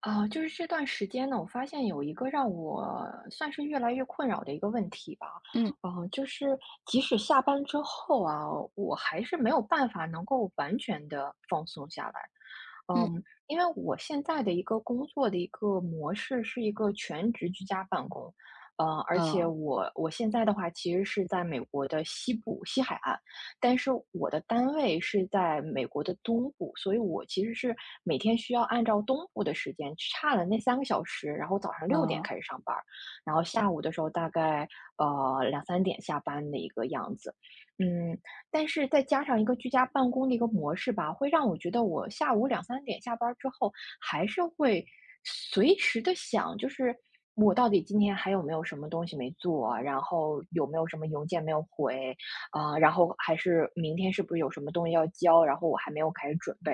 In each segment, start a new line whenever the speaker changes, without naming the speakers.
啊，就是这段时间呢，我发现有一个让我算是越来越困扰的一个问题吧，
嗯
就是即使下班之后啊，我还是没有办法能够完全的放松下来。
嗯，
嗯，因为我现在的一个工作的一个模式是一个全职居家办公，而且
哦
我现在的话其实是在美国的西部西海岸，但是我的单位是在美国的东部，所以我其实是每天需要按照东部的时间差了那3个小时，然后早上6点
哦，
开始上班儿，然后下午的时候大概，两三点下班的一个样子。嗯，但是再加上一个居家办公的一个模式吧，会让我觉得我下午两三点下班儿之后，还是会随时的想，就是我到底今天还有没有什么东西没做，然后有没有什么邮件没有回，啊，然后还是明天是不是有什么东西要交，然后我还没有开始准备。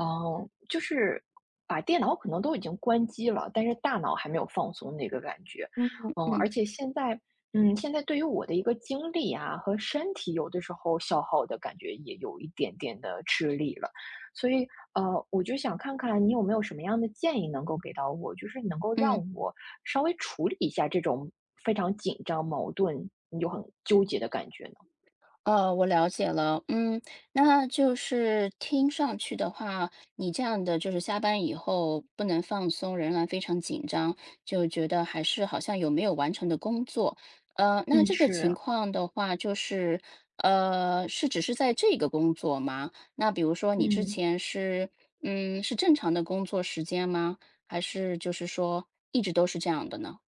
就是把电脑可能都已经关机了，但是大脑还没有放松那个感觉。
嗯嗯
而
嗯，
且现在，现在对于我的一个精力啊和身体，有的时候消耗的感觉也有一点点的吃力了。所以，呃，我就想看看你有没有什么样的建议能够给到我，就是能够让
嗯，
我稍微处理一下这种非常紧张、矛盾又很纠结的感觉呢？
哦，我了解了。嗯，那就是听上去的话，你这样的就是下班以后不能放松，仍然非常紧张，就觉得还是好像有没有完成的工作。那
嗯，
这个情
是，
况的话，就是,是只是在这个工作吗？那比如说你之
嗯
前是嗯是正常的工作时间吗？还是就是说一直都是这样的呢？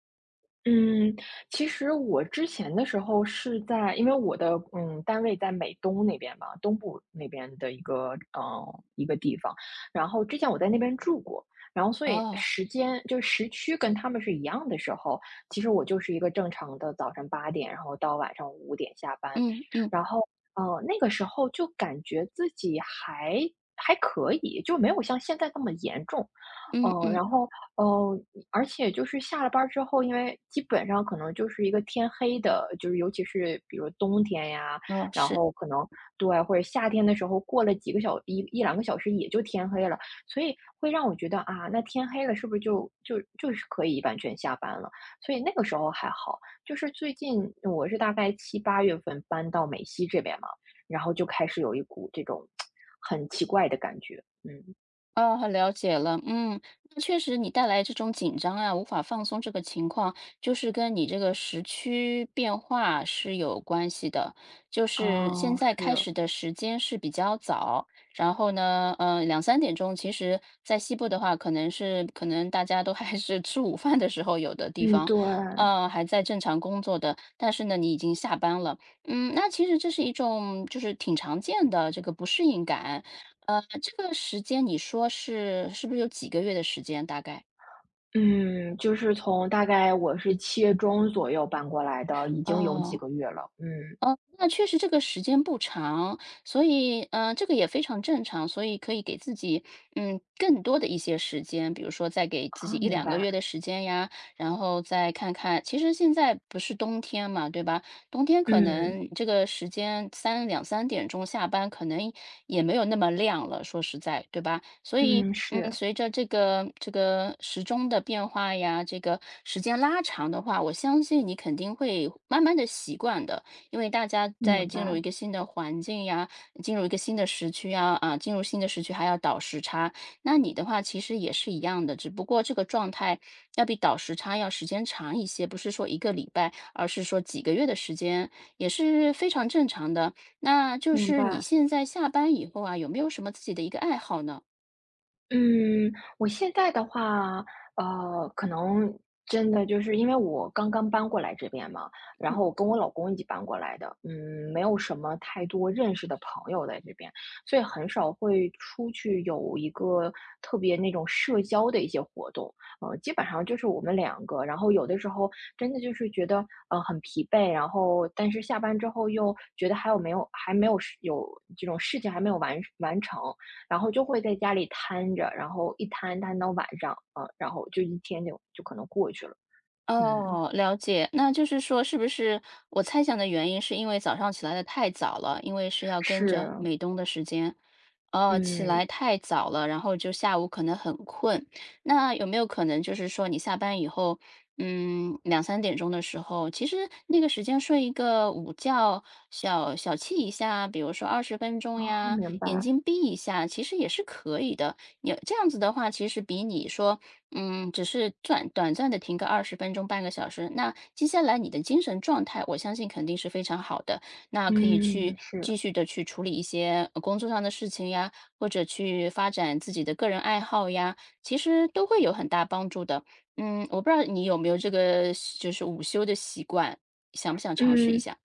嗯，其实我之前的时候是在，因为我的单位在美东那边嘛，东部那边的一个地方，然后之前我在那边住过，然后所以
哦，
时间就时区跟他们是一样的时候，其实我就是一个正常的早晨8点，然后到晚上5点下班，
嗯嗯。
然后那个时候就感觉自己还可以，就没有像现在那么严重，
嗯嗯，
然后。呃而且就是下了班儿之后，因为基本上可能就是一个天黑的，就是尤其是比如冬天呀，
哦，
然
是，
后可能对，或者夏天的时候过了几个小一1、2个小时也就天黑了，所以会让我觉得啊，那天黑了是不是就是可以完全下班了？所以那个时候还好，就是最近我是大概7、8月份搬到美西这边嘛，然后就开始有一股这种 很奇怪的感觉，嗯，
哦，了解了，嗯，那确实你带来这种紧张啊，无法放松这个情况，就是跟你这个时区变化是有关系的。就是现
哦，
在开
是，
始的时间是比较早，然后呢，两三点钟，其实在西部的话，可能大家都还是吃午饭的时候，有的地
嗯，
方，
对。
还在正常工作的，但是呢，你已经下班了，嗯，那其实这是一种就是挺常见的这个不适应感。这个时间你说是不是有几个月的时间大概？
嗯，就是从大概我是7月中左右搬过来的，已经有几
哦，
个月了，嗯，
哦，那确实这个时间不长，所以，这个也非常正常，所以可以给自己，嗯，更多的一些时间，比如说再给自己
啊，
一
明
两个
白，
月的时间呀，然后再看看其实现在不是冬天嘛，对吧？冬天可
嗯，
能这个时间三两三点钟下班，可能也没有那么亮了，说实在，对吧？所以，
嗯，
嗯，
是，
随着这个时钟的变化呀，这个时间拉长的话，我相信你肯定会慢慢的习惯的。因为大家在
明
进入一
白，
个新的环境呀，进入一个新的时区呀，啊，进入新的时区还要倒时差。那你的话其实也是一样的，只不过这个状态要比倒时差要时间长一些，不是说一个礼拜，而是说几个月的时间，也是非常正常的。那就
明
是你
白。
现在下班以后啊，有没有什么自己的一个爱好呢？
嗯，我现在的话，可能真的就是因为我刚刚搬过来这边嘛，然后我跟我老公一起搬过来的，没有什么太多认识的朋友在这边，所以很少会出去有一个特别那种社交的一些活动，基本上就是我们两个，然后有的时候真的就是觉得很疲惫，然后但是下班之后又觉得还有没有还没有事有这种事情还没有完成。然后就会在家里瘫着，然后一瘫瘫到晚上，啊，然后就一天就可能过去了。嗯，
哦，了解。那就是说，是不是我猜想的原因是因为早上起来的太早了，因为是要跟着
是，
美东的时间，哦，起
嗯，
来太早了，然后就下午可能很困。那有没有可能就是说，你下班以后，嗯，两三点钟的时候，其实那个时间睡一个午觉，小憩一下，比如说二十分钟
哦，
呀，
明白，
眼睛闭一下，其实也是可以的。你这样子的话，其实比你说嗯，只是短暂的停个二十分钟、30分钟，那接下来你的精神状态，我相信肯定是非常好的。那可以
嗯，
去
是，
继续的去处理一些，工作上的事情呀，或者去发展自己的个人爱好呀，其实都会有很大帮助的。嗯，我不知道你有没有这个就是午休的习惯，想不想尝试一
嗯，
下？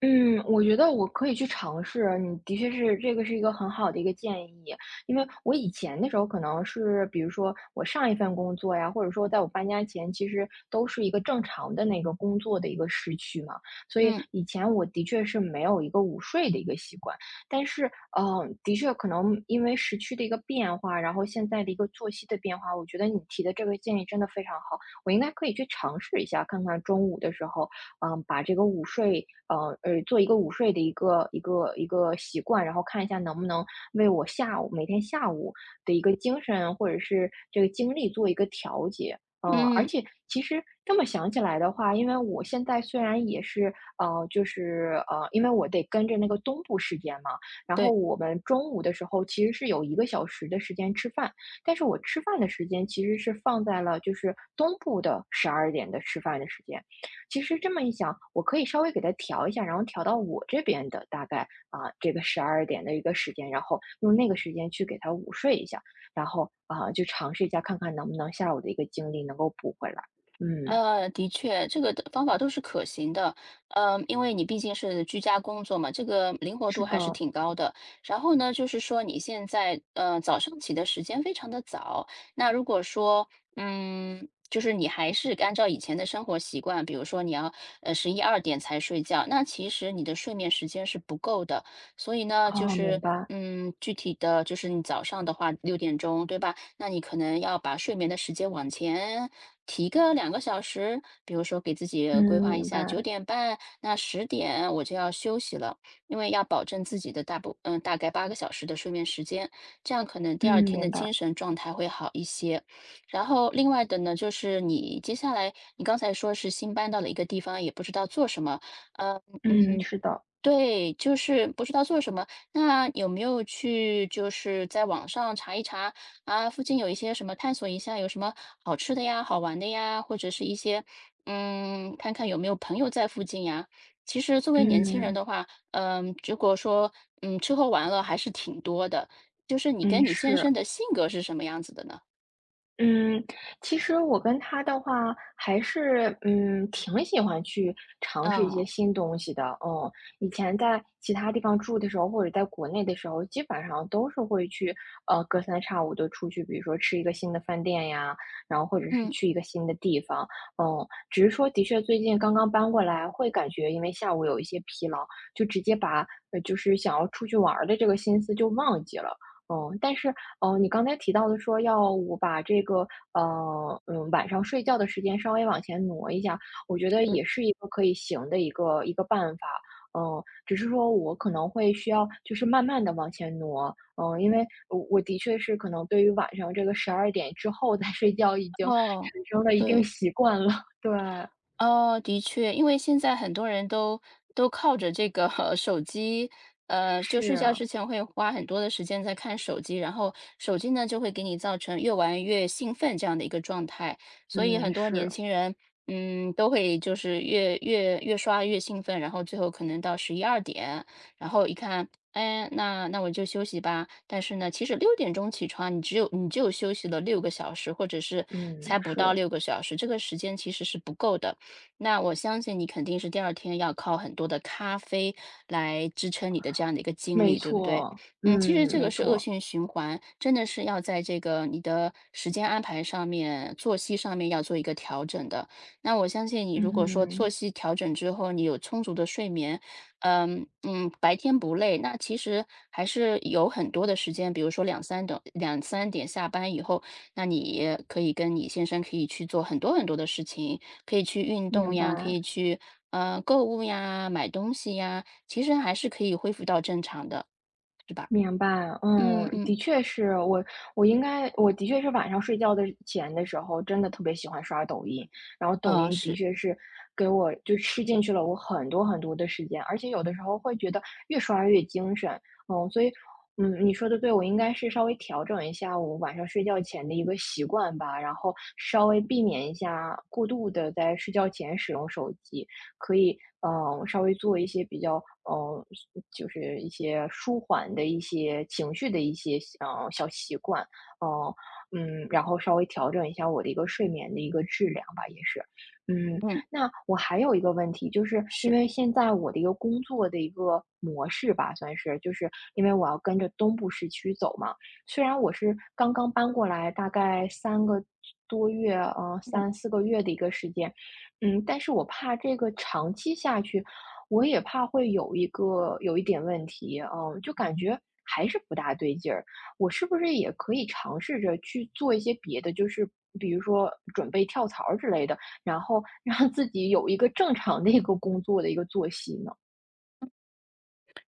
嗯，我觉得我可以去尝试，你的确是这个是一个很好的一个建议，因为我以前的时候可能是，比如说我上一份工作呀，或者说在我搬家前，其实都是一个正常的那个工作的一个时区嘛，所以
嗯，
以前我的确是没有一个午睡的一个习惯，但是的确可能因为时区的一个变化，然后现在的一个作息的变化，我觉得你提的这个建议真的非常好，我应该可以去尝试一下，看看中午的时候。把这个午睡，做一个午睡的一个习惯，然后看一下能不能为我每天下午的一个精神或者是这个精力做一个调节。而
嗯，
且其实这么想起来的话，因为我现在虽然也是，就是因为我得跟着那个东部时间嘛，然后
对。
我们中午的时候其实是有1个小时的时间吃饭，但是我吃饭的时间其实是放在了就是东部的十二点的吃饭的时间，其实这么一想，我可以稍微给它调一下，然后调到我这边的大概这个十二点的一个时间，然后用那个时间去给它午睡一下，然后就尝试一下看看能不能下午的一个精力能够补回来。嗯，
的确，这个的方法都是可行的。因为你毕竟是居家工作嘛，这个灵活
是
度还是
的，
挺高的。然后呢，就是说你现在早上起的时间非常的早，那如果说嗯，就是你还是按照以前的生活习惯，比如说你要十一二点才睡觉，那其实你的睡眠时间是不够的。所以呢，就
哦，明
是。
白，
嗯，具体的就是你早上的话，六点钟，对吧？那你可能要把睡眠的时间往前提个2个小时，比如说给自己
嗯，
规划一
明
下，九
白，
点半，那10点我就要休息了，因为要保证自己的大部嗯大概8个小时的睡眠时间，这样可能第
嗯，
二天的
明
精
白，
神状态会好一些。然后另外的呢，就是你接下来你刚才说是新搬到了一个地方，也不知道做什么，呃
嗯，
嗯，
是的，
对，就是不知道做什么。那有没有去就是在网上查一查啊，附近有一些什么探索一下，有什么好吃的呀、好玩的呀，或者是一些嗯，看看有没有朋友在附近呀？其实作为年轻人
嗯
的话，嗯，如果说吃喝玩乐还是挺多的。就是你跟
嗯
你先生
是。
的性格是什么样子的呢？
嗯，其实我跟他的话还是，挺喜欢去尝试一
啊，
些新东西的，嗯。以前在其他地方住的时候，或者在国内的时候，基本上都是会去，隔三差五的出去，比如说吃一个新的饭店呀，然后或者是
嗯，
去一个新的地方，嗯。只是说的确最近刚刚搬过来，会感觉因为下午有一些疲劳，就直接把，就是想要出去玩儿的这个心思就忘记了，嗯。但是哦，你刚才提到的说要我把这个，晚上睡觉的时间稍微往前挪一下，我觉得
嗯，
也是一个可以行的一个办法。嗯，只是说我可能会需要就是慢慢的往前挪，因为我的确是可能对于晚上这个十二点之后再睡觉已经
哦，
产生了一定
对。
习惯了。对，
哦，的确，因为现在很多人都靠着这个 手机，就睡觉
是，
之前会花很多的时间在看手机，然后手机呢就会给你造成越玩越兴奋这样的一个状态，所以很
嗯，
多年
是，
轻人，嗯，都会就是越刷越兴奋，然后最后可能到十一二点，然后一看，哎，那我就休息吧。但是呢，其实六点钟起床，你只有休息了六个小时，或者是才
嗯，
不到
是，
六个小时，这个时间其实是不够的。那我相信你肯定是第二天要靠很多的咖啡来支撑你的这样的一个精
没
力，对不对？
错，
嗯，其实
嗯，
这个
没
是恶
错，
性循环，真的是要在这个你的时间安排上面、作息上面要做一个调整的。那我相信你，如果说作
嗯，
息调整之后，你有充足的睡眠，嗯嗯，白天不累，那其实还是有很多的时间，比如说两三点、两三点下班以后，那你可以跟你先生可以去做很多很多的事情，可以去运动
明
呀，可
白。
以去购物呀，买东西呀，其实还是可以恢复到正常的，是吧？
明白，
嗯
嗯，
嗯，
的确是我，我应该，我的确是晚上睡觉的前的时候，真的特别喜欢刷抖音，然后抖
啊、
音的
是，
确是给我就吃进去了我很多很多的时间，而且有的时候会觉得越刷越精神，所以，你说的对，我应该是稍微调整一下我晚上睡觉前的一个习惯吧，然后稍微避免一下过度的在睡觉前使用手机，可以稍微做一些比较嗯，就是一些舒缓的一些情绪的一些小习惯，嗯，然后稍微调整一下我的一个睡眠的一个质量吧，也是。嗯，
嗯
那我还有一个问题，就是因
是，
为现在我的一个工作的一个模式吧，算是，就是因为我要跟着东部市区走嘛。虽然我是刚刚搬过来，大概3个多月，
嗯。
3、4个月的一个时间，但是我怕这个长期下去，我也怕会有一个有一点问题，就感觉还是不大对劲儿。我是不是也可以尝试着去做一些别的，就是比如说准备跳槽儿之类的，然后让自己有一个正常的一个工作的一个作息呢？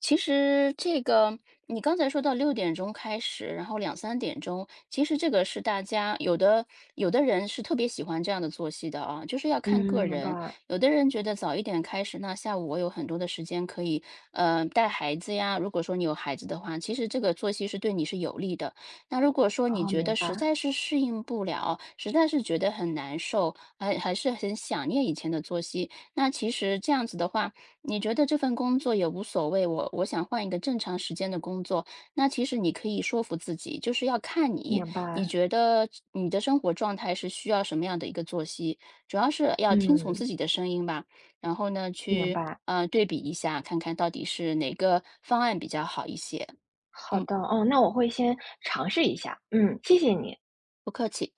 其实这个你刚才说到六点钟开始，然后两三点钟，其实这个是大家有的人是特别喜欢这样的作息的啊，就是要看
嗯，
个
明
人。
白，
有的人觉得早一点开始，那下午我有很多的时间可以，带孩子呀，如果说你有孩子的话，其实这个作息是对你是有利的。那如果说你
哦，
觉
明
得实
白，
在是适应不了，实在是觉得很难受，还是很想念以前的作息，那其实这样子的话，你觉得这份工作也无所谓，我想换一个正常时间的工作。那其实你可以说服自己，就是要看你，
明
你
白，
觉得你的生活状态是需要什么样的一个作息，主要是要听从
嗯，
自己的声音吧。然后呢，
明
去
白。
对比一下，看看到底是哪个方案比较好一些。
好
嗯，
的，哦，那我会先尝试一下，谢谢你。
不客气。